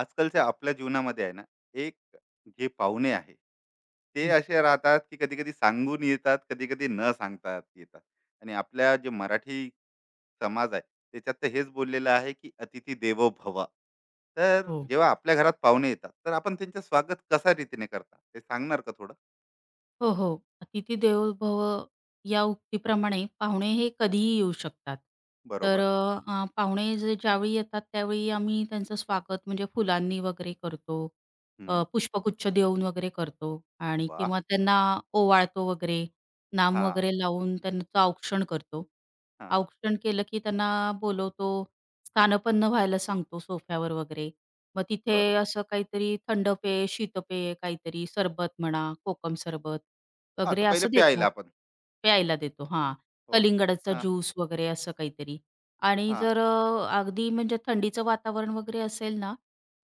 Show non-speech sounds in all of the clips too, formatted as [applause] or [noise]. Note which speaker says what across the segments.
Speaker 1: आजकालच्या आपल्या जीवनामध्ये आहे ना, एक जे पाहुणे आहे, ते
Speaker 2: हं.
Speaker 1: असे राहतात, की कधी-कधी सांगून येतात, कधी-कधी न सांगता येतात. आणि आपल्या जे मराठी समाज आहे, त्याच्यात तर हेच बोललेलं आहे, की "अतिथी देवो भव." तर
Speaker 2: हो.
Speaker 1: जेव्हा आपल्या घरात पाहुणे येतात, तर आपण त्यांचं स्वागत कशा रीतीने करतात, ते सांगणार का थोडं?
Speaker 2: हो, हो. "अतिथी देवो भव" या उक्तीप्रमाणे पाहुणे हे कधीही येऊ शकतात. तर
Speaker 1: बरोबर.
Speaker 2: अ, पाहुणे जे ज्यावेळी येतात त्यावेळी आम्ही त्यांचं स्वागत म्हणजे फुलांनी वगैरे करतो.
Speaker 1: हं.
Speaker 2: पुष्पगुच्छ देऊन वगैरे करतो आणि
Speaker 1: वाह!
Speaker 2: किंवा त्यांना ओवाळतो वगैरे, नाम
Speaker 1: हां,
Speaker 2: वगैरे लावून त्यांचं औक्षण करतो.
Speaker 1: हां.
Speaker 2: औक्षण केलं की त्यांना बोलवतो, स्थानपन्न व्हायला सांगतो सोफ्यावर वगैरे. मग तिथे
Speaker 1: बरोबर.
Speaker 2: असं काहीतरी थंड पेय, शीतपेय काहीतरी सरबत म्हणा, कोकम सरबत
Speaker 1: हां, तर
Speaker 2: वगैरे
Speaker 1: पहिले
Speaker 2: असं देतो.
Speaker 1: प्यायला आपण.
Speaker 2: प्यायला देतो हां.
Speaker 1: ओके.
Speaker 2: कलिंगडाचा
Speaker 1: हां,
Speaker 2: ज्यूस वगैरे असं काहीतरी. आणि
Speaker 1: हां,
Speaker 2: जर अगदी म्हणजे थंडीचं वातावरण वगैरे असेल ना,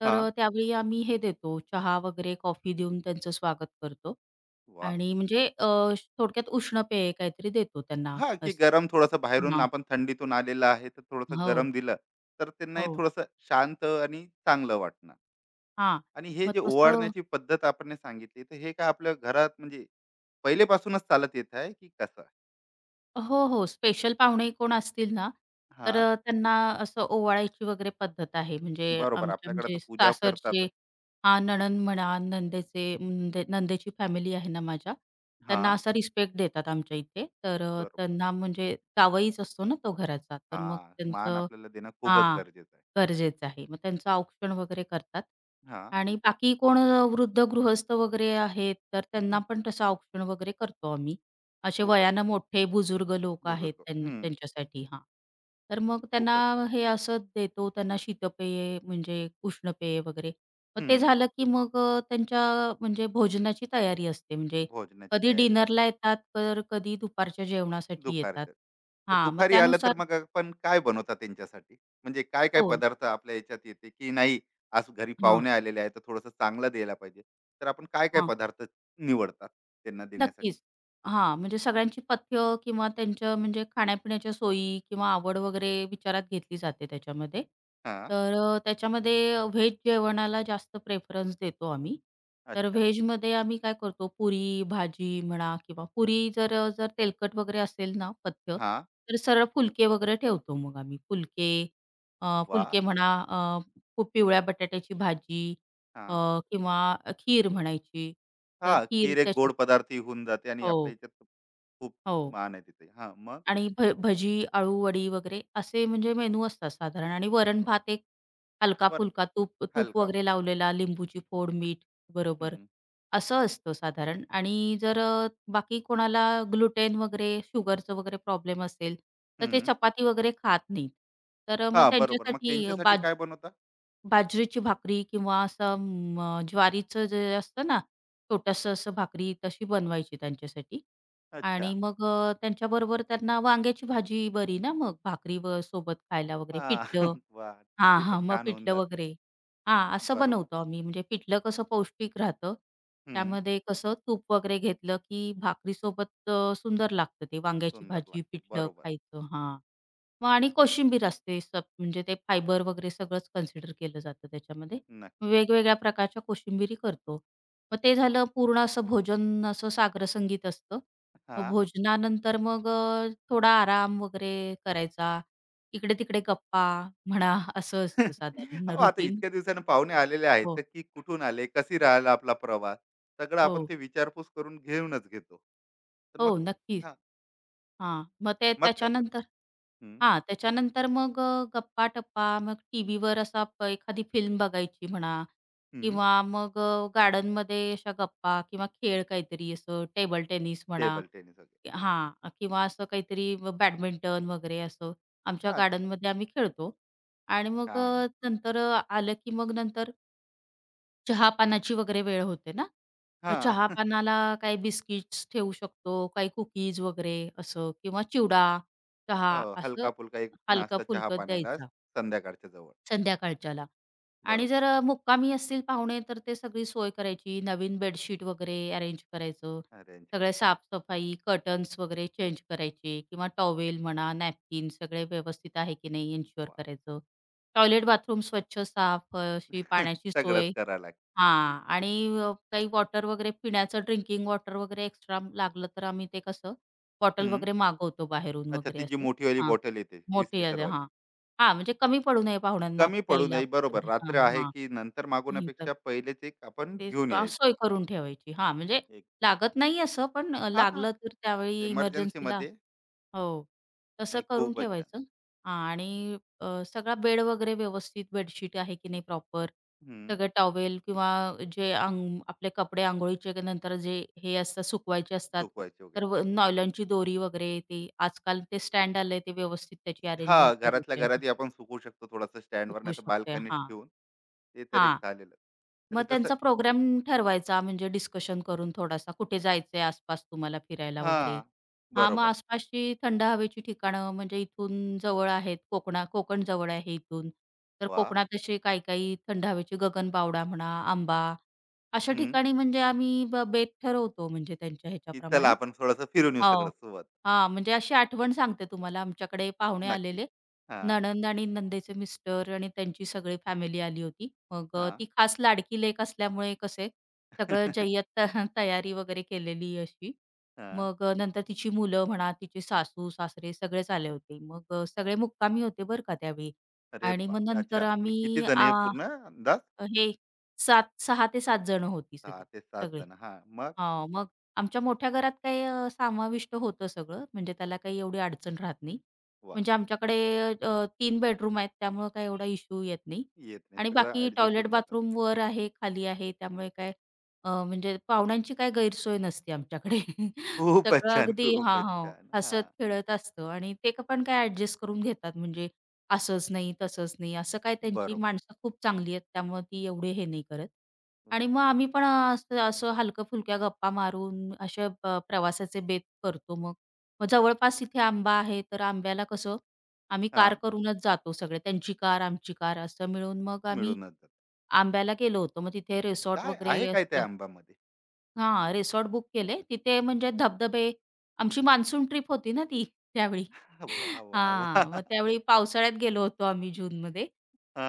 Speaker 1: हां.
Speaker 2: त्यावेळी आम्ही हे देतो चहा वगैरे कॉफी देऊन त्यांचं स्वागत करतो
Speaker 1: वाह!
Speaker 2: आणि म्हणजे थोडक्यात उष्ण पेय काहीतरी देतो त्यांना
Speaker 1: हां, की
Speaker 2: असं.
Speaker 1: गरम थोडंसं बाहेरून
Speaker 2: हां.
Speaker 1: आपण थंडीतून आलेलं आहे, तर थोडंसं
Speaker 2: हो,
Speaker 1: गरम दिलं, तर त्यांनाही
Speaker 2: हो.
Speaker 1: थोडंसं शांत आणि चांगलं वाटणार.
Speaker 2: हां.
Speaker 1: आणि हे
Speaker 2: मग
Speaker 1: जे
Speaker 2: तसं
Speaker 1: ओवाळण्याची पद्धत आपण सांगितली, तर हे काय आपल्या घरात म्हणजे पहिलेपासूनच चालत येत आहे, की कसं?
Speaker 2: हो, हो. स्पेशल पाहुणे कोण असतील ना,
Speaker 1: हां,
Speaker 2: त्यांना असं ओवाळायची वगैरे पद्धत आहे. म्हणजे
Speaker 1: बरोबर.
Speaker 2: आमच्या
Speaker 1: आपल्याकडे तर
Speaker 2: म्हणजे
Speaker 1: पूजा
Speaker 2: सासरचे.
Speaker 1: करतातच.
Speaker 2: हां, नणंद म्हणा, नंदेचे नंदे नंदेची फॅमिली आहे ना माझ्या, त्यांना
Speaker 1: हां,
Speaker 2: असा रिस्पेक्ट देतात आमच्या इथे.
Speaker 1: बरोबर.
Speaker 2: त्यांना म्हणजे जावईच असतो ना तो घराचा, तर मग
Speaker 1: हां, मान
Speaker 2: त्यांचं
Speaker 1: आपल्याला देणं खूपच
Speaker 2: हां,
Speaker 1: गरजेचं आहे.
Speaker 2: गरजेचं आहे. मग त्यांचं औक्षण वगैरे करतात
Speaker 1: हां,
Speaker 2: आणि बाकी कोण वृद्ध गृहस्थ वगैरे आहेत, तर त्यांना पण तसं औक्षण वगैरे करतो आम्ही. असे
Speaker 1: खूपच
Speaker 2: वयानं
Speaker 1: छान.
Speaker 2: मोठे बुजुर्ग लोक आहेत
Speaker 1: बुजुर्ग. हं,
Speaker 2: त्यांच्यासाठी हां. तर मग त्यांना
Speaker 1: खूपच छान.
Speaker 2: हे असं देतो, त्यांना शीतपेये म्हणजे उष्णपेय वगैरे. मग ते
Speaker 1: हं,
Speaker 2: झालं की मग त्यांच्या म्हणजे भोजनाची तयारी असते. म्हणजे
Speaker 1: भोजनाची
Speaker 2: कधी
Speaker 1: तयारी राहते.
Speaker 2: डिनरला येतात, तर कधी दुपारच्या जेवणासाठी येतात.
Speaker 1: दुपारचं. तर
Speaker 2: हां, मग
Speaker 1: दुपारी आलं तर
Speaker 2: त्यानुसार
Speaker 1: मग आपण काय बनवता त्यांच्यासाठी? म्हणजे काय काय
Speaker 2: हो.
Speaker 1: पदार्थ आपल्या ह्याच्यात येते, की नाही आज घरी
Speaker 2: हां,
Speaker 1: पाहुणे आलेले आहेत, तर थोडंसं चांगलं द्यायला पाहिजे. तर आपण काय काय
Speaker 2: हां.
Speaker 1: पदार्थ निवडतात त्यांना देण्यासाठी?
Speaker 2: नक्कीच. हां, म्हणजे सगळ्यांची पथ्य किंवा त्यांच्या म्हणजे खाण्यापिण्याच्या सोयी किंवा आवड वगैरे विचारात घेतली जाते त्याच्यामध्ये.
Speaker 1: हां,
Speaker 2: त्याच्यामध्ये व्हेज जेवणाला जास्त प्रेफरन्स देतो आम्ही. तर
Speaker 1: अच्छा.
Speaker 2: व्हेजमध्ये आम्ही काय करतो पुरी, भाजी म्हणा किंवा पुरी जर जर तेलकट वगैरे असेल ना पथ्य,
Speaker 1: हां,
Speaker 2: तर सरळ फुलके वगैरे ठेवतो मग आम्ही. फुलके अ,
Speaker 1: वाह!
Speaker 2: फुलके म्हणा, खूप पिवळ्या बटाट्याची भाजी, अ,
Speaker 1: हां,
Speaker 2: किंवा खीर म्हणायची.
Speaker 1: हां,
Speaker 2: तर खीर
Speaker 1: खीर एक
Speaker 2: त्याच्या
Speaker 1: गोड पदार्थही होऊन जाते आणि आपल्या
Speaker 2: हो,
Speaker 1: ह्याच्यात खूप
Speaker 2: हो.
Speaker 1: मान आहे तिथे. हां, मग?
Speaker 2: आणि भजी, आळू वडी वगैरे असे म्हणजे मेनू असतात साधारण आणि
Speaker 1: वाह!
Speaker 2: वरण-भात एक
Speaker 1: बरं
Speaker 2: हलका-फुलका तूप तूप
Speaker 1: हलका
Speaker 2: वगैरे
Speaker 1: फुल.
Speaker 2: लावलेला, लिंबूची फोड, मीठ बरोबर.
Speaker 1: हं,
Speaker 2: असं असतं साधारण. आणि जर बाकी कोणाला ग्लुटेन वगैरे, शुगरचं वगैरे प्रॉब्लेम असेल, तर ते
Speaker 1: हं.
Speaker 2: चपाती वगैरे खात नाहीत. तर मग
Speaker 1: हां, बरोबर. मग
Speaker 2: त्यांच्यासाठी
Speaker 1: त्यांच्यासाठी काय बनवता?
Speaker 2: बाजरीची भाकरी किंवा ज्वारीचं जे असतं ना, छोटंसं असं भाकरी तशी बनवायची त्यांच्यासाठी आणि
Speaker 1: अच्छा.
Speaker 2: मग त्यांच्याबरोबर त्यांना वांग्याची भाजी बरी ना मग भाकरी व सोबत खायला
Speaker 1: हां,
Speaker 2: वगैरे
Speaker 1: वाह!
Speaker 2: पिठलं.
Speaker 1: [laughs]
Speaker 2: हां,
Speaker 1: ते तर
Speaker 2: हां. मग
Speaker 1: छान होऊन
Speaker 2: पिठलं
Speaker 1: जाते.
Speaker 2: वगैरे. हां, असं
Speaker 1: बरोबर.
Speaker 2: बनवतो आम्ही म्हणजे पिठलं कसं पौष्टिक राहतं.
Speaker 1: हं.
Speaker 2: त्यामध्ये कसं तूप वगैरे घेतलं की भाकरीसोबत सुंदर लागतं ते वांग्याची
Speaker 1: सुंदर
Speaker 2: भाजी,
Speaker 1: लागते.
Speaker 2: पिठलं
Speaker 1: बरोबर.
Speaker 2: खायचं हां. मग आणि कोशिंबीर असते म्हणजे ते फायबर वगैरे सगळंच कन्सिडर केलं जातं त्याच्यामध्ये.
Speaker 1: नक्की.
Speaker 2: वेगवेगळ्या प्रकारच्या कोशिंबिरी करतो. मग ते झालं पूर्ण असं भोजन असं सागर संगीत असतं. मग
Speaker 1: हां.
Speaker 2: भोजनानंतर मग थोडा आराम वगैरे करायचा. इकडे-तिकडे गप्पा म्हणा, असं असतं
Speaker 1: [laughs]
Speaker 2: साधारण
Speaker 1: हो, आता
Speaker 2: रुटीन.
Speaker 1: इतक्या दिवसानं पाहुणे आलेले आहेत,
Speaker 2: हो,
Speaker 1: तर की कुठून आले, कशी राहिला आपला प्रवास, सगळं आपण
Speaker 2: हो.
Speaker 1: ते विचारपूस करून घेऊनच घेतो. तर मग
Speaker 2: हो, नक्कीच.
Speaker 1: हां,
Speaker 2: हां, मग ते
Speaker 1: मग काय करता?
Speaker 2: त्याच्यानंतर.
Speaker 1: हं,
Speaker 2: हां, त्याच्यानंतर मग गप्पा-टप्पा मग टीव्हीवर असा प एखादी फिल्म बघायची म्हणा
Speaker 1: हं.
Speaker 2: किंवा मग गार्डनमध्ये अशा गप्पा किंवा खेळ काहीतरी असं टेबल टेनिस म्हणा,
Speaker 1: टेबल टेनिस वगैरे.
Speaker 2: हां, किंवा असं काहीतरी बॅडमिंटन वगैरे असं आमच्या
Speaker 1: हां,
Speaker 2: गार्डनमध्ये आम्ही खेळतो आणि मग अ,
Speaker 1: छान.
Speaker 2: नंतर अ, आलं की मग नंतर चहा-पानाची वगैरे वेळ होते ना? मग
Speaker 1: हां. [laughs]
Speaker 2: चहा-पानाला काही बिस्किट्स ठेवू शकतो, काही कुकीज वगैरे असं किंवा चिवडा, चहा
Speaker 1: हो,
Speaker 2: असं
Speaker 1: हलका-फुलका एक नाश्ता
Speaker 2: हलकं-फुलकं
Speaker 1: चहा-पाण्याला
Speaker 2: द्यायचा
Speaker 1: संध्याकाळच्या जवळ.
Speaker 2: संध्याकाळच्याला. आणि
Speaker 1: बरोबर.
Speaker 2: जर मुक्कामी असतील पाहुणे तर ते सगळी सोय करायची. नवीन बेडशीट वगैरे अरेंज करायचं.
Speaker 1: अरेंज
Speaker 2: सगळे
Speaker 1: करायचं.
Speaker 2: साफ, कर्टन्स वगैरे चेंज करायचे किंवा टॉवेल म्हणा, नॅपकिन सगळे व्यवस्थित आहे की नाही एन्शुअर
Speaker 1: वाह!
Speaker 2: करायचं. टॉयलेट, बाथरूम स्वच्छ, साफ, अशी
Speaker 1: [laughs]
Speaker 2: पाण्याची
Speaker 1: सगळंच
Speaker 2: सोय
Speaker 1: करावं लागतं.
Speaker 2: हां. आणि काही वॉटर वगैरे पिण्याचं ड्रिंकिंग वॉटर वगैरे एक्स्ट्रा लागलं तर आम्ही ते कसं बॉटल
Speaker 1: हं.
Speaker 2: वगैरे मागवतो बाहेरून
Speaker 1: अच्छा,
Speaker 2: वगैरे
Speaker 1: ती जी
Speaker 2: असे.
Speaker 1: मोठीवाली
Speaker 2: हां.
Speaker 1: बॉटल येते 20
Speaker 2: मोठी आहे
Speaker 1: लिटरवाली.
Speaker 2: हां. हां, म्हणजे कमी पडू नये पाहुण्यांना
Speaker 1: कमी पडू
Speaker 2: प्यायला.
Speaker 1: नये बरोबर
Speaker 2: हां,
Speaker 1: रात्र आहे
Speaker 2: हां.
Speaker 1: की नंतर मागवण्यापेक्षा पहिलेच एक आपण
Speaker 2: तेच
Speaker 1: घेऊन
Speaker 2: अ,
Speaker 1: यायचं
Speaker 2: सोय करून ठेवायची. हां, म्हणजे
Speaker 1: एक
Speaker 2: लागत नाही असं, पण
Speaker 1: हा
Speaker 2: लागलं तर त्यावेळी
Speaker 1: इमर्जन्सी
Speaker 2: इमर्जन्सीला,
Speaker 1: मध्ये
Speaker 2: हो, तसं
Speaker 1: नाही
Speaker 2: करून
Speaker 1: खूपच छान
Speaker 2: ठेवायचं. हां, आणि सगळा बेड वगैरे व्यवस्थित बेडशीट आहे की नाही प्रॉपर,
Speaker 1: हम्म,
Speaker 2: सगळे टॉवेल किंवा जे अंग आपले कपडे अंघोळीचे नंतर जे हे असतात सुकवायचे असतात,
Speaker 1: सुकवायचे
Speaker 2: तर
Speaker 1: वगैरे
Speaker 2: व नॉयलॉनची दोरी वगैरे ते आजकाल ते स्टँड आलंय ते व्यवस्थित त्याची
Speaker 1: हा
Speaker 2: अरेंजमेंट
Speaker 1: घरातल्या
Speaker 2: करायची आहे.
Speaker 1: घरातही आपण सुकवू शकतो थोडासा स्टँडवर
Speaker 2: सुकवू
Speaker 1: नाही तर
Speaker 2: शकते.
Speaker 1: बाल्कनीत
Speaker 2: हां,
Speaker 1: ठेवून ते तर एक
Speaker 2: हां.
Speaker 1: झालेलं
Speaker 2: मग
Speaker 1: तर जसं
Speaker 2: त्यांचा प्रोग्राम ठरवायचा म्हणजे डिस्कशन करून थोडासा, कुठे जायचंय आसपास तुम्हाला फिरायला
Speaker 1: हा
Speaker 2: वगैरे? हां, मग
Speaker 1: बरोबर
Speaker 2: आसपासची थंड हवेची ठिकाणं म्हणजे इथून जवळ आहेत, कोकण जवळ आहे इथून. तर
Speaker 1: वा
Speaker 2: कोकणात असे काही-काही थंड हवेची गगनबावडा म्हणा, आंबा, अशा
Speaker 1: हम्म,
Speaker 2: ठिकाणी म्हणजे आम्ही बेत ठरवतो म्हणजे त्यांच्या
Speaker 1: की चला
Speaker 2: ह्याच्याप्रमाणे.
Speaker 1: आपण थोडस फिरून येऊ
Speaker 2: हो.
Speaker 1: सगळं सोबत
Speaker 2: हां, म्हणजे अशी आठवण सांगते तुम्हाला. आमच्याकडे पाहुणे
Speaker 1: नक्की
Speaker 2: आलेले.
Speaker 1: हा
Speaker 2: नणंद आणि नंदेचे मिस्टर आणि त्यांची सगळी फॅमिली आली होती. मग
Speaker 1: हा
Speaker 2: ती खास लाडकी लेक असल्यामुळे कसे सगळं जय्यत
Speaker 1: [laughs]
Speaker 2: [laughs] तयारी वगैरे केलेली अशी.
Speaker 1: हा
Speaker 2: मग नंतर तिची मुलं म्हणा, तिचे सासू-सासरे सगळेच आले होते. मग सगळे मुक्कामी होते बरं का त्यावेळी.
Speaker 1: अरे
Speaker 2: आणि मग
Speaker 1: बाप
Speaker 2: नंतर
Speaker 1: अच्छा आणि
Speaker 2: आम्ही
Speaker 1: किती जण
Speaker 2: आ,
Speaker 1: हे पूर्ण अंदाज
Speaker 2: हे 7 6 ते 7 जण होती
Speaker 1: सहा
Speaker 2: सगळी,
Speaker 1: ते सात
Speaker 2: सगळे.
Speaker 1: जण हा मग
Speaker 2: हां, मग आमच्या मोठ्या घरात समाविष्ट होतं सगळं, म्हणजे त्याला काही एवढी अडचण राहत नाही.
Speaker 1: वा
Speaker 2: म्हणजे आमच्याकडे 3 बेडरूम आहेत, त्यामुळं काही एवढा इश्यू येत नाही
Speaker 1: येत नाही.
Speaker 2: आणि
Speaker 1: सगळं
Speaker 2: बाकी
Speaker 1: ॲडजस्ट
Speaker 2: टॉयलेट,
Speaker 1: होऊन जातं.
Speaker 2: बाथरूम वर आहे, खाली आहे, त्यामुळे काय म्हणजे पाहुण्यांची काय गैरसोय नसते आमच्याकडे. [laughs]
Speaker 1: खूपच
Speaker 2: सगळं
Speaker 1: छान,
Speaker 2: अगदी हां,
Speaker 1: खूपच
Speaker 2: हां,
Speaker 1: छान. हां,
Speaker 2: हसत-खेळत असतं आणि पण काय ॲडजस्ट करून घेतात. म्हणजे असंच नाही, तसंच नाही, असं काय त्यांची
Speaker 1: बरोबर.
Speaker 2: माणसं खूप चांगली आहेत, त्यामुळे ती एवढे हे नाही करत. आणि मग
Speaker 1: वाह!
Speaker 2: आम्ही पण असं असं हलक्या-फुलक्या गप्पा मारून असे प्रवासाचे बेत करतो मग. मग जवळपास इथे आंबा आहे, तर आंब्याला कसं आम्ही कार
Speaker 1: हां,
Speaker 2: करूनच जातो सगळे. त्यांची कार, आमची कार असं मिळून मग आम्ही
Speaker 1: मिळूनच जातं.
Speaker 2: आंब्याला गेलो होतो. मग तिथे रिसॉर्ट
Speaker 1: काय
Speaker 2: वगैरे
Speaker 1: आहे काय
Speaker 2: असं,
Speaker 1: त्या आंबामध्ये?
Speaker 2: हां, रिसॉर्ट बुक केले. तिथे म्हणजे धबधबे. आमची मान्सून ट्रिप होती ना ती [laughs] त्यावेळी.
Speaker 1: वाह! वाह!
Speaker 2: हां, मग
Speaker 1: वाह!
Speaker 2: त्यावेळी पावसाळ्यात गेलो होतो आम्ही जूनमध्ये.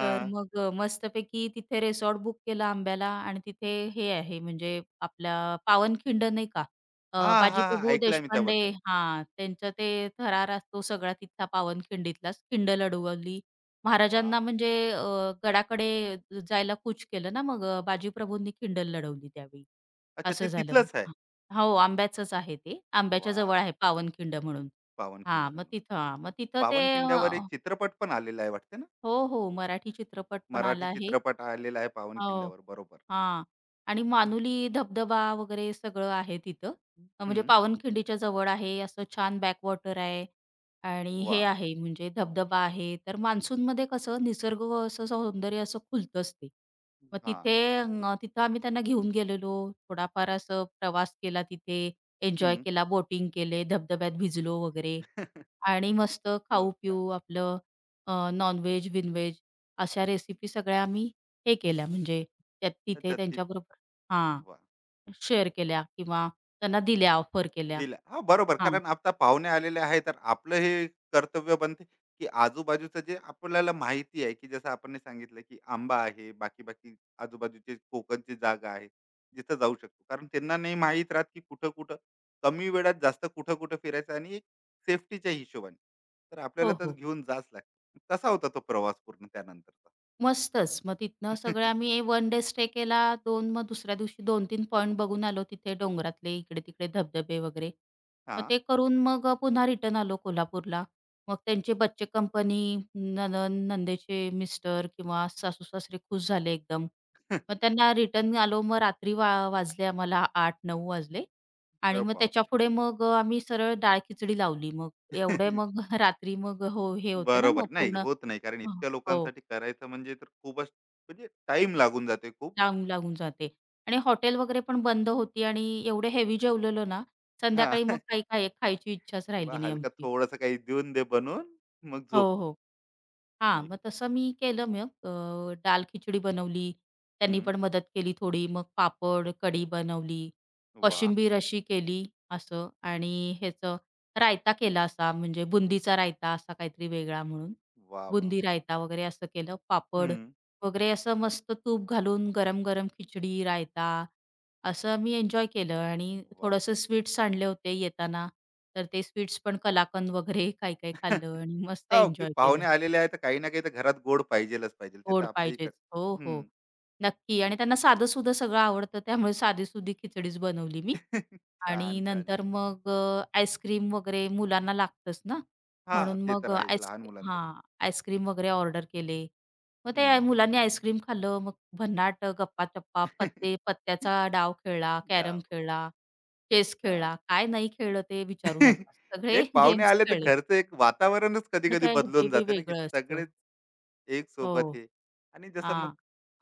Speaker 2: तर मग मस्तपैकी तिथे रिसॉर्ट बुक केला आंब्याला आणि तिथे हे आहे म्हणजे आपला पावनखिंड नाही का,
Speaker 1: हां, हां.
Speaker 2: बाजीप्रभू
Speaker 1: ऐकलंय मी
Speaker 2: देशपांडे.
Speaker 1: त्याबद्दल.
Speaker 2: हां, त्यांचा ते थरार असतो सगळा तिथला पावनखिंडीतलाच. खिंड लढवली. महाराजांना
Speaker 1: वाह!
Speaker 2: म्हणजे गडाकडे जायला कूच केलं ना मग बाजीप्रभूंनी खिंड लढवली त्यावेळी.
Speaker 1: अच्छा
Speaker 2: असं
Speaker 1: ते
Speaker 2: झालं.
Speaker 1: तिथलंच आहे.
Speaker 2: हां. हो, आंब्याचंच आहे ते. आंब्याच्या
Speaker 1: वाह!
Speaker 2: जवळ आहे पावनखिंड म्हणून.
Speaker 1: पावनखिंड
Speaker 2: हां, मग
Speaker 1: म्हणून.
Speaker 2: तिथं हां, मग तिथं ते
Speaker 1: पावनखिंड्यावर एक
Speaker 2: अ,
Speaker 1: चित्रपट पण आलेला आहे वाटते ना?
Speaker 2: हो, हो, मराठी चित्रपट पण
Speaker 1: मराठी
Speaker 2: आला आहे.
Speaker 1: चित्रपट आलेला आहे
Speaker 2: हो.
Speaker 1: पावनखिंड्यावर. बरोबर.
Speaker 2: हां. आणि
Speaker 1: हं,
Speaker 2: मानुली धबधबा वगैरे सगळं आहे तिथं. म्हणजे
Speaker 1: हं.
Speaker 2: पावनखिंडीच्या जवळ आहे. असं छान बॅकवॉटर आहे आणि हे
Speaker 1: वाह!
Speaker 2: आहे म्हणजे धबधबा आहे. तर मान्सूनमध्ये कसं निसर्ग असं सौंदर्य असं खुलतंच ते. मग
Speaker 1: हां.
Speaker 2: तिथे तिथं आम्ही त्यांना घेऊन गेलेलो. थोडाफार असं प्रवास केला तिथे, एन्जॉय
Speaker 1: हं.
Speaker 2: केला, बोटिंग केले, धबधब्यात भिजलो वगैरे
Speaker 1: [laughs]
Speaker 2: आणि मस्त
Speaker 1: खूप छान.
Speaker 2: खाऊ-पिऊ आपलं नॉन अशा रेसिपी सगळ्या आम्ही हे केल्या म्हणजे त्या तिथे
Speaker 1: अच्छा ती
Speaker 2: त्यांच्याबरोबर हां,
Speaker 1: वाह!
Speaker 2: शेअर केल्या किंवा त्यांना दिल्या, ऑफर केल्या.
Speaker 1: दिला. हो, बरोबर.
Speaker 2: हां.
Speaker 1: कारण आता पाहुणे आलेले आहे, तर आपलं हे कर्तव्य बनते, की आजूबाजूचं जे आपल्याला माहिती आहे, की जसं आपण हे सांगितलं, की आंबा आहे, बाकी-बाकी आजूबाजूचे कोकणची जागा आहे, जिथं जाऊ शकतो. कारण त्यांना नाही माहीत राहत, की कुठं-कुठं कमी वेळात जास्त कुठं-कुठं फिरायचं आणि एक सेफ्टीच्या हिशोबाने. तर आपल्याला
Speaker 2: हो,
Speaker 1: तर
Speaker 2: हो.
Speaker 1: घेऊन जावंच लागतं. कसा होता तो प्रवास पूर्ण त्यानंतरचा?
Speaker 2: मस्तच. मग तिथनं सगळं
Speaker 1: [laughs]
Speaker 2: आम्ही वन डे स्टे केला. 2 मग दुसऱ्या दिवशी 2-3 पॉइंट बघून आलो तिथे डोंगरातले, इकडे-तिकडे धबधबे वगैरे. मग
Speaker 1: हां.
Speaker 2: ते करून मग पुन्हा रिटर्न आलो कोल्हापूरला. मग त्यांचे बच्चे कंपनी, नणंद, नणंदेचे मिस्टर किंवा सासू-सासरे खुश झाले एकदम.
Speaker 1: अरे
Speaker 2: मग त्यांना रिटर्न आलो. मग रात्री वाजले आम्हाला 8-9 वाजले आणि
Speaker 1: [laughs]
Speaker 2: मग
Speaker 1: बापरे!
Speaker 2: त्याच्यापुढे मग आम्ही सरळ डाळ खिचडी लावली. मग एवढे
Speaker 1: [laughs]
Speaker 2: मग [laughs] रात्री मग हो, हे होतं ना
Speaker 1: बरोबर.
Speaker 2: मग
Speaker 1: नाही,
Speaker 2: पूर्ण
Speaker 1: होत नाही. कारण इतक्या
Speaker 2: हो.
Speaker 1: लोकांसाठी करायचं म्हणजे तर खूपच म्हणजे टाइम लागून जाते खूप.
Speaker 2: लागून, लागून जाते आणि हॉटेल वगैरे पण बंद होती आणि एवढं हेवी जेवलेलो ना,
Speaker 1: हां.
Speaker 2: संध्याकाळी मग
Speaker 1: [laughs]
Speaker 2: काही खायची इच्छाच
Speaker 1: किंवा
Speaker 2: राहिली नाही
Speaker 1: हलका
Speaker 2: आमची.
Speaker 1: थोडंसं काही देऊन दे बनवून, मग
Speaker 2: हो,
Speaker 1: झोपू.
Speaker 2: हो. हां,
Speaker 1: नाही
Speaker 2: मग तसं मी केलं मग दाल खिचडी बनवली. त्यांनी
Speaker 1: हं.
Speaker 2: पण मदत केली थोडी. मग पापड, कढी बनवली.
Speaker 1: वा,
Speaker 2: कोशिंबीर अशी केली असं आणि ह्याचं रायता केला असा म्हणजे बुंदीचा रायता असा काहीतरी वेगळा म्हणून.
Speaker 1: वा, वा,
Speaker 2: बुंदी
Speaker 1: वा,
Speaker 2: रायता वगैरे असं केलं. पापड
Speaker 1: हं.
Speaker 2: वगैरे असं मस्त तूप घालून गरम-गरम खिचडी, रायता असं मी एन्जॉय केलं आणि
Speaker 1: वाह!
Speaker 2: थोडंसं स्वीट्स आणले होते येताना. तर ते स्वीट्स पण कलाकंद वगैरे [laughs] काही-काही
Speaker 1: [laughs]
Speaker 2: खाल्लं आणि मस्त
Speaker 1: हो, की
Speaker 2: एन्जॉय केलं.
Speaker 1: पाहुणे आलेले आहे, तर काही ना काही तर घरात गोड पाहिजेलच पाहिजे. ते तर
Speaker 2: गोड
Speaker 1: आपल्या इकडे
Speaker 2: पाहिजेच. हो,
Speaker 1: हं.
Speaker 2: हो. नक्की आणि त्यांना साधं-सुधं सगळं आवडतं त्यामुळे साधी-सुधी खिचडीच बनवली मी.
Speaker 1: [laughs]
Speaker 2: आणि
Speaker 1: छान, छान,
Speaker 2: नंतर
Speaker 1: छान.
Speaker 2: मग आईस्क्रीम वगैरे मुलांना लागतंच ना,
Speaker 1: हां,
Speaker 2: म्हणून
Speaker 1: ते
Speaker 2: मग
Speaker 1: तर आहेच लहान मुलांसाठी.
Speaker 2: हां, आईस्क्रीम वगैरे ऑर्डर केले. मग
Speaker 1: हं.
Speaker 2: मुलांनी आईस्क्रीम खाल्लं, मग भन्नाट गप्पा-टप्पा, पत्त्याचा डाव
Speaker 1: [laughs]
Speaker 2: खेळला, कॅरम
Speaker 1: डाव.
Speaker 2: खेळला, चेस
Speaker 1: छान.
Speaker 2: खेळला. काय नाही खेळलं ते विचारू
Speaker 1: [laughs]
Speaker 2: नका. सगळे
Speaker 1: एक
Speaker 2: [laughs]
Speaker 1: पाहुणे
Speaker 2: गेम्स
Speaker 1: आले तर
Speaker 2: खेळले.
Speaker 1: घरचं एक वातावरणच कधी
Speaker 2: पण
Speaker 1: कधी
Speaker 2: काय हे
Speaker 1: बदलून जाते ना की
Speaker 2: वेगळं असतं.
Speaker 1: सगळेच एक
Speaker 2: हो,
Speaker 1: सोबत हे आणि जसं मग
Speaker 2: हां.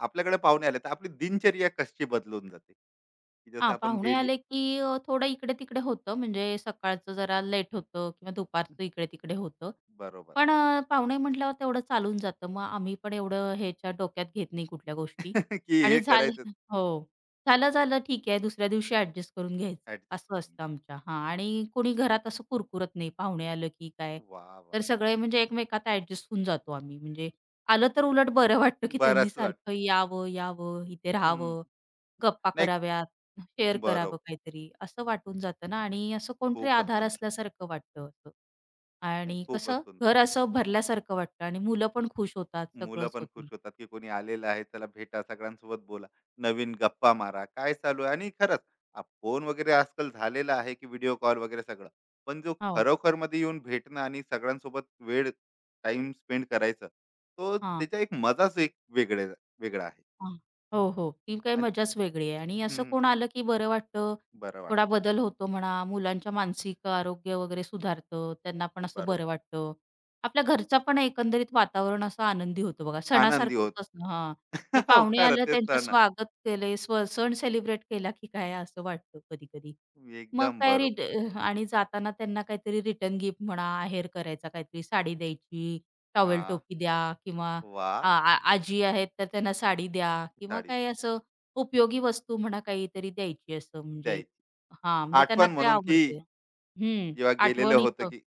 Speaker 1: आपल्याकडे पाहुणे आले तर आपली दिनचर्या कशी बदलून जाते की जसं
Speaker 2: हां,
Speaker 1: आपण
Speaker 2: पाहुणे
Speaker 1: डेली
Speaker 2: आले की थोडं इकडे-तिकडे होतं म्हणजे सकाळचं जरा लेट होतं किंवा दुपारचं इकडे-तिकडे होतं.
Speaker 1: बरोबर
Speaker 2: पण पाहुणे म्हटल्यावर तेवढं चालून जातं. मग आम्ही पण एवढं ह्याच्या डोक्यात घेत नाही कुठल्या गोष्टी
Speaker 1: [laughs] की हे
Speaker 2: आणि झाले
Speaker 1: करायचं
Speaker 2: [laughs] हो. झालं-झालं ठीक आहे दुसऱ्या दिवशी ॲडजस्ट करून घ्यायचं
Speaker 1: ऍडजस्ट
Speaker 2: असं
Speaker 1: करून
Speaker 2: असतं आमच्या हां, आणि कोणी घरात असं कुरकुरत नाही पाहुणे आलं की काय.
Speaker 1: घेऊ. वा वा
Speaker 2: तर
Speaker 1: वा
Speaker 2: सगळे म्हणजे एकमेकात ॲडजस्ट होऊन जातो आम्ही म्हणजे आलं तर उलट बरं वाटतं की त्यांनी
Speaker 1: बरंच
Speaker 2: सारखं
Speaker 1: वाटते
Speaker 2: यावं, यावं, इथे
Speaker 1: हम्म.
Speaker 2: राहावं, गप्पा
Speaker 1: नाही
Speaker 2: कराव्या, शेअर करावं
Speaker 1: बरोबर
Speaker 2: काहीतरी, असं वाटून जातं ना आणि असं कोणतरी
Speaker 1: खूपच
Speaker 2: आधार
Speaker 1: सुंदर
Speaker 2: असल्यासारखं वाटतं असं.
Speaker 1: नाही
Speaker 2: आणि
Speaker 1: खूपच
Speaker 2: कसं
Speaker 1: सुंदर
Speaker 2: घर असं भरल्यासारखं वाटतं आणि मुलं पण खुश होतात,
Speaker 1: मुलं
Speaker 2: सगळंच
Speaker 1: पण खुश
Speaker 2: होतं.
Speaker 1: होतात, की कोणी आलेलं आहे, चला भेटा, सगळ्यांसोबत बोला, नवीन गप्पा मारा, काय चालू आहे? आणि खरंच हा फोन वगैरे आजकाल झालेला आहे, की व्हिडिओ कॉल वगैरे सगळं. पण जो
Speaker 2: हो.
Speaker 1: खरोखरमध्ये येऊन भेटणं आणि सगळ्यांसोबत वेळ टाईम स्पेंड करायचं, तो
Speaker 2: हां.
Speaker 1: त्याचा एक मजाच एक वेगळा आहे.
Speaker 2: हां. हो, हो. ती काही
Speaker 1: आणि
Speaker 2: मजाच वेगळी आहे आणि असं
Speaker 1: हं,
Speaker 2: कोण आलं की बरं वाटतं.
Speaker 1: बरं
Speaker 2: थोडा
Speaker 1: वाटतं.
Speaker 2: बदल होतो म्हणा, मुलांच्या मानसिक आरोग्य वगैरे सुधारतं. त्यांना पण असं
Speaker 1: बरोबर.
Speaker 2: बरं वाटतं. आपल्या घरचा पण एकंदरीत वातावरण असं आनंदी होतं बघा.
Speaker 1: आनंदी
Speaker 2: सणासारखंच
Speaker 1: होतो.
Speaker 2: असतं हां. हे
Speaker 1: [laughs] हो,
Speaker 2: पाहुणे
Speaker 1: खरं
Speaker 2: आलं
Speaker 1: तेच
Speaker 2: त्यांचं
Speaker 1: तर ना.
Speaker 2: स्वागत केले, सण सेलिब्रेट केला की काय असं वाटतं कधी-कधी. मग
Speaker 1: एकदम
Speaker 2: काय
Speaker 1: बरोबर.
Speaker 2: रिट आणि जाताना त्यांना काहीतरी रिटर्न गिफ्ट म्हणा, आहेर करायचा काहीतरी साडी द्यायची, टॉवेल
Speaker 1: हां,
Speaker 2: टोपी द्या किंवा आ
Speaker 1: वाह!
Speaker 2: आ आजी आहेत, तर त्यांना साडी द्या किंवा
Speaker 1: साडी
Speaker 2: काही
Speaker 1: द्या.
Speaker 2: असं उपयोगी वस्तू म्हणा काहीतरी द्यायची असं म्हणजे
Speaker 1: द्यायची.
Speaker 2: हां, म्हणजे त्यांना
Speaker 1: आठवण
Speaker 2: काय
Speaker 1: म्हणून की
Speaker 2: आवडते. हं,
Speaker 1: जेव्हा गेलेलं
Speaker 2: आठवण
Speaker 1: होतं,
Speaker 2: इथं
Speaker 1: की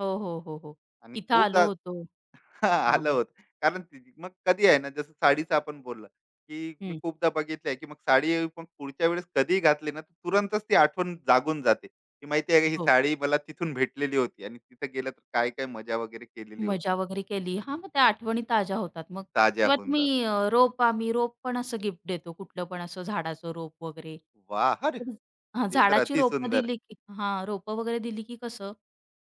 Speaker 2: हो, हो, हो, हो.
Speaker 1: आणि
Speaker 2: इथं आलो
Speaker 1: खूपदा
Speaker 2: होतो
Speaker 1: [laughs]
Speaker 2: हां,
Speaker 1: आलं होतं. कारण ती मग कधी आहे ना, जसं साडीचं आपण बोललं, की मी
Speaker 2: हं,
Speaker 1: खूपदा बघितलंय, की मग साडी पण पुढच्या वेळेस कधीही घातली ना, तर तुरंतच ती आठवण जागून जाते, की माहिती आहे का ही
Speaker 2: हो.
Speaker 1: साडी मला तिथून भेटलेली होती आणि तिथं गेलं तर काय-काय मजा वगैरे केलेली होती.
Speaker 2: मजा वगैरे केली. हां, मग त्या आठवणी ताज्या होतात मग
Speaker 1: ताज्या
Speaker 2: किंवा
Speaker 1: होऊन जात.
Speaker 2: तुम्ही अ, रोप आम्ही रोप पण असं गिफ्ट देतो कुठलं पण असं झाडाचं रोप वगैरे.
Speaker 1: वाह! अरे
Speaker 2: तर हां,
Speaker 1: ते तर
Speaker 2: झाडाची रोपं
Speaker 1: अतिसुंदर.
Speaker 2: दिली की हां, रोपं वगैरे दिली की कसं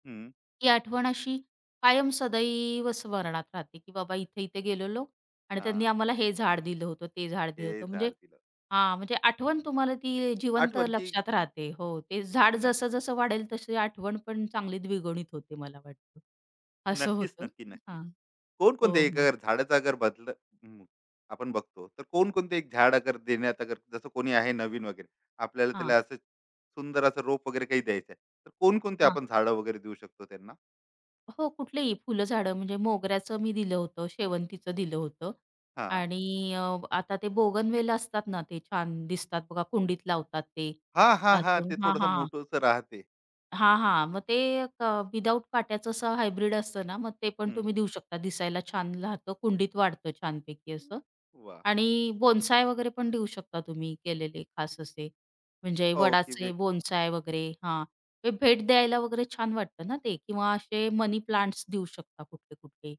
Speaker 1: हं.
Speaker 2: ती आठवण अशी कायम सदैव स्मरणात राहते, की बाबा इथे-इथे गेलेलो आणि त्यांनी
Speaker 1: हां.
Speaker 2: आम्हाला हे झाड दिलं होतं, ते झाड दिलं
Speaker 1: हे
Speaker 2: होतं. म्हणजे
Speaker 1: झाड दिलं.
Speaker 2: हां, म्हणजे आठवण तुम्हाला ती जिवंत
Speaker 1: आठवण की
Speaker 2: लक्षात राहते. हो, ते झाड
Speaker 1: नक्की.
Speaker 2: जसं-जसं वाढेल तशी आठवण पण चांगली द्विगुणित होते मला वाटतं. असं
Speaker 1: नक्कीच,
Speaker 2: होतं.
Speaker 1: नक्की, नक्की.
Speaker 2: हां.
Speaker 1: कोणकोणते
Speaker 2: हो,
Speaker 1: एक
Speaker 2: हो.
Speaker 1: अगर झाडाचं अगर बदल हं, आपण बघतो तर कोणकोणते एक झाड अगर देण्यात अगर जसं कोणी आहे नवीन वगैरे आपल्याला
Speaker 2: हां,
Speaker 1: त्याला असं सुंदर असं रोप वगैरे काही द्यायचं आहे तर कोणकोणते
Speaker 2: हां.
Speaker 1: आपण झाडं वगैरे देऊ शकतो त्यांना
Speaker 2: हो, कुठलेही फुलं झाडं म्हणजे मोगऱ्याचं मी दिलं होतं, शेवंतीचं दिलं होतं
Speaker 1: हा
Speaker 2: आणि आता ते बोगनवेल असतात ना, ते छान दिसतात बघा कुंडीत लावतात ते.
Speaker 1: हा हा हा
Speaker 2: असं
Speaker 1: ते
Speaker 2: हां,
Speaker 1: थोडस
Speaker 2: हां.
Speaker 1: मोठंसं राहते
Speaker 2: हां, हां. मग ते क विदाऊट काट्याचं असं हायब्रिड असतं ना, मग ते पण
Speaker 1: हं,
Speaker 2: तुम्ही देऊ शकता. दिसायला छान राहतं, कुंडीत वाढतं छानपैकी असं.
Speaker 1: वा
Speaker 2: आणि बोन्साय वगैरे पण देऊ शकता तुम्ही केलेले खास असे. म्हणजे
Speaker 1: हो की
Speaker 2: वडाचे
Speaker 1: वेग
Speaker 2: बोन्साय वगैरे हां. ते भेट द्यायला वगैरे छान वाटतं ना ते किंवा असे मनी प्लांट्स देऊ शकता कुठले-कुठले,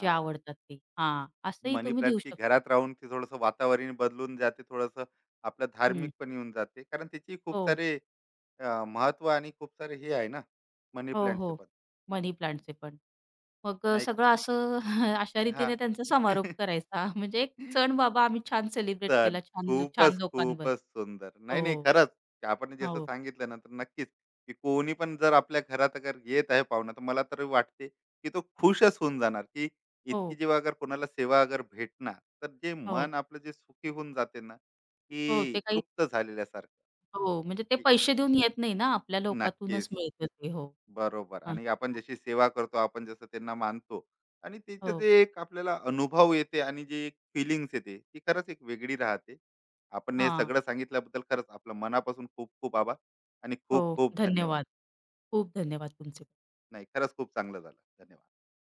Speaker 2: जे आवडतात ते. हां, असंही
Speaker 1: मनी
Speaker 2: तुम्ही देऊ
Speaker 1: प्लांट्स की
Speaker 2: शकता.
Speaker 1: घरात राहून ते थोडस वातावरण बदलून जाते थोडस आपलं धार्मिक
Speaker 2: हं.
Speaker 1: पण येऊन जाते कारण त्याची खूप
Speaker 2: हो.
Speaker 1: सारे महत्व आणि खूप सारे हे आहे ना मनी
Speaker 2: हो,
Speaker 1: प्लांटचे
Speaker 2: हो.
Speaker 1: पण
Speaker 2: मनी प्लांटचे पण. मग
Speaker 1: नाही
Speaker 2: सगळं असं [laughs] अशा
Speaker 1: हां.
Speaker 2: रीतीने त्यांचा समारोप
Speaker 1: [laughs]
Speaker 2: करायचा. म्हणजे एक सण बाबा आम्ही छान सेलिब्रेट
Speaker 1: तर
Speaker 2: केला छान छान
Speaker 1: खूपच,
Speaker 2: लोकांवर.
Speaker 1: खूपच सुंदर. नाही, नाही
Speaker 2: हो.
Speaker 1: खरंच आपण जसं
Speaker 2: हो.
Speaker 1: सांगितलं ना, तर नक्कीच की कोणी पण जर आपल्या घरात अगर येत आहे पाहुणा, तर मला तर वाटते की तो खुशच होऊन जाणार, की
Speaker 2: हो.
Speaker 1: इतकी जेव्हा अगर कोणाला सेवा अगर भेटणार, तर जे
Speaker 2: हो.
Speaker 1: मन आपलं जे सुखी होऊन जाते ना,
Speaker 2: हो.
Speaker 1: की
Speaker 2: ते काही
Speaker 1: तृप्त झालेल्यासारखं,
Speaker 2: हो. म्हणजे ते
Speaker 1: की
Speaker 2: पैसे देऊन येत नाही ना, आपल्या
Speaker 1: नक्कीच.
Speaker 2: लोकातूनच मिळतं ते. हो.
Speaker 1: बरोबर
Speaker 2: हां.
Speaker 1: आणि आपण
Speaker 2: हां.
Speaker 1: जशी सेवा करतो आपण जसं त्यांना मानतो आणि त्याचं
Speaker 2: हो.
Speaker 1: जे एक आपल्याला अनुभव येते आणि जी एक फिलिंग्स येते ती खरंच एक वेगळी राहते आपण हे
Speaker 2: हां.
Speaker 1: सगळं सांगितल्याबद्दल खरंच आपलं मनापासून खूप खूप आभार आणि
Speaker 2: हो.
Speaker 1: खूप खूप धन्यवाद
Speaker 2: धन्यवाद. खूप धन्यवाद तुमचे.
Speaker 1: नाही खरंच खूप चांगलं झालं धन्यवाद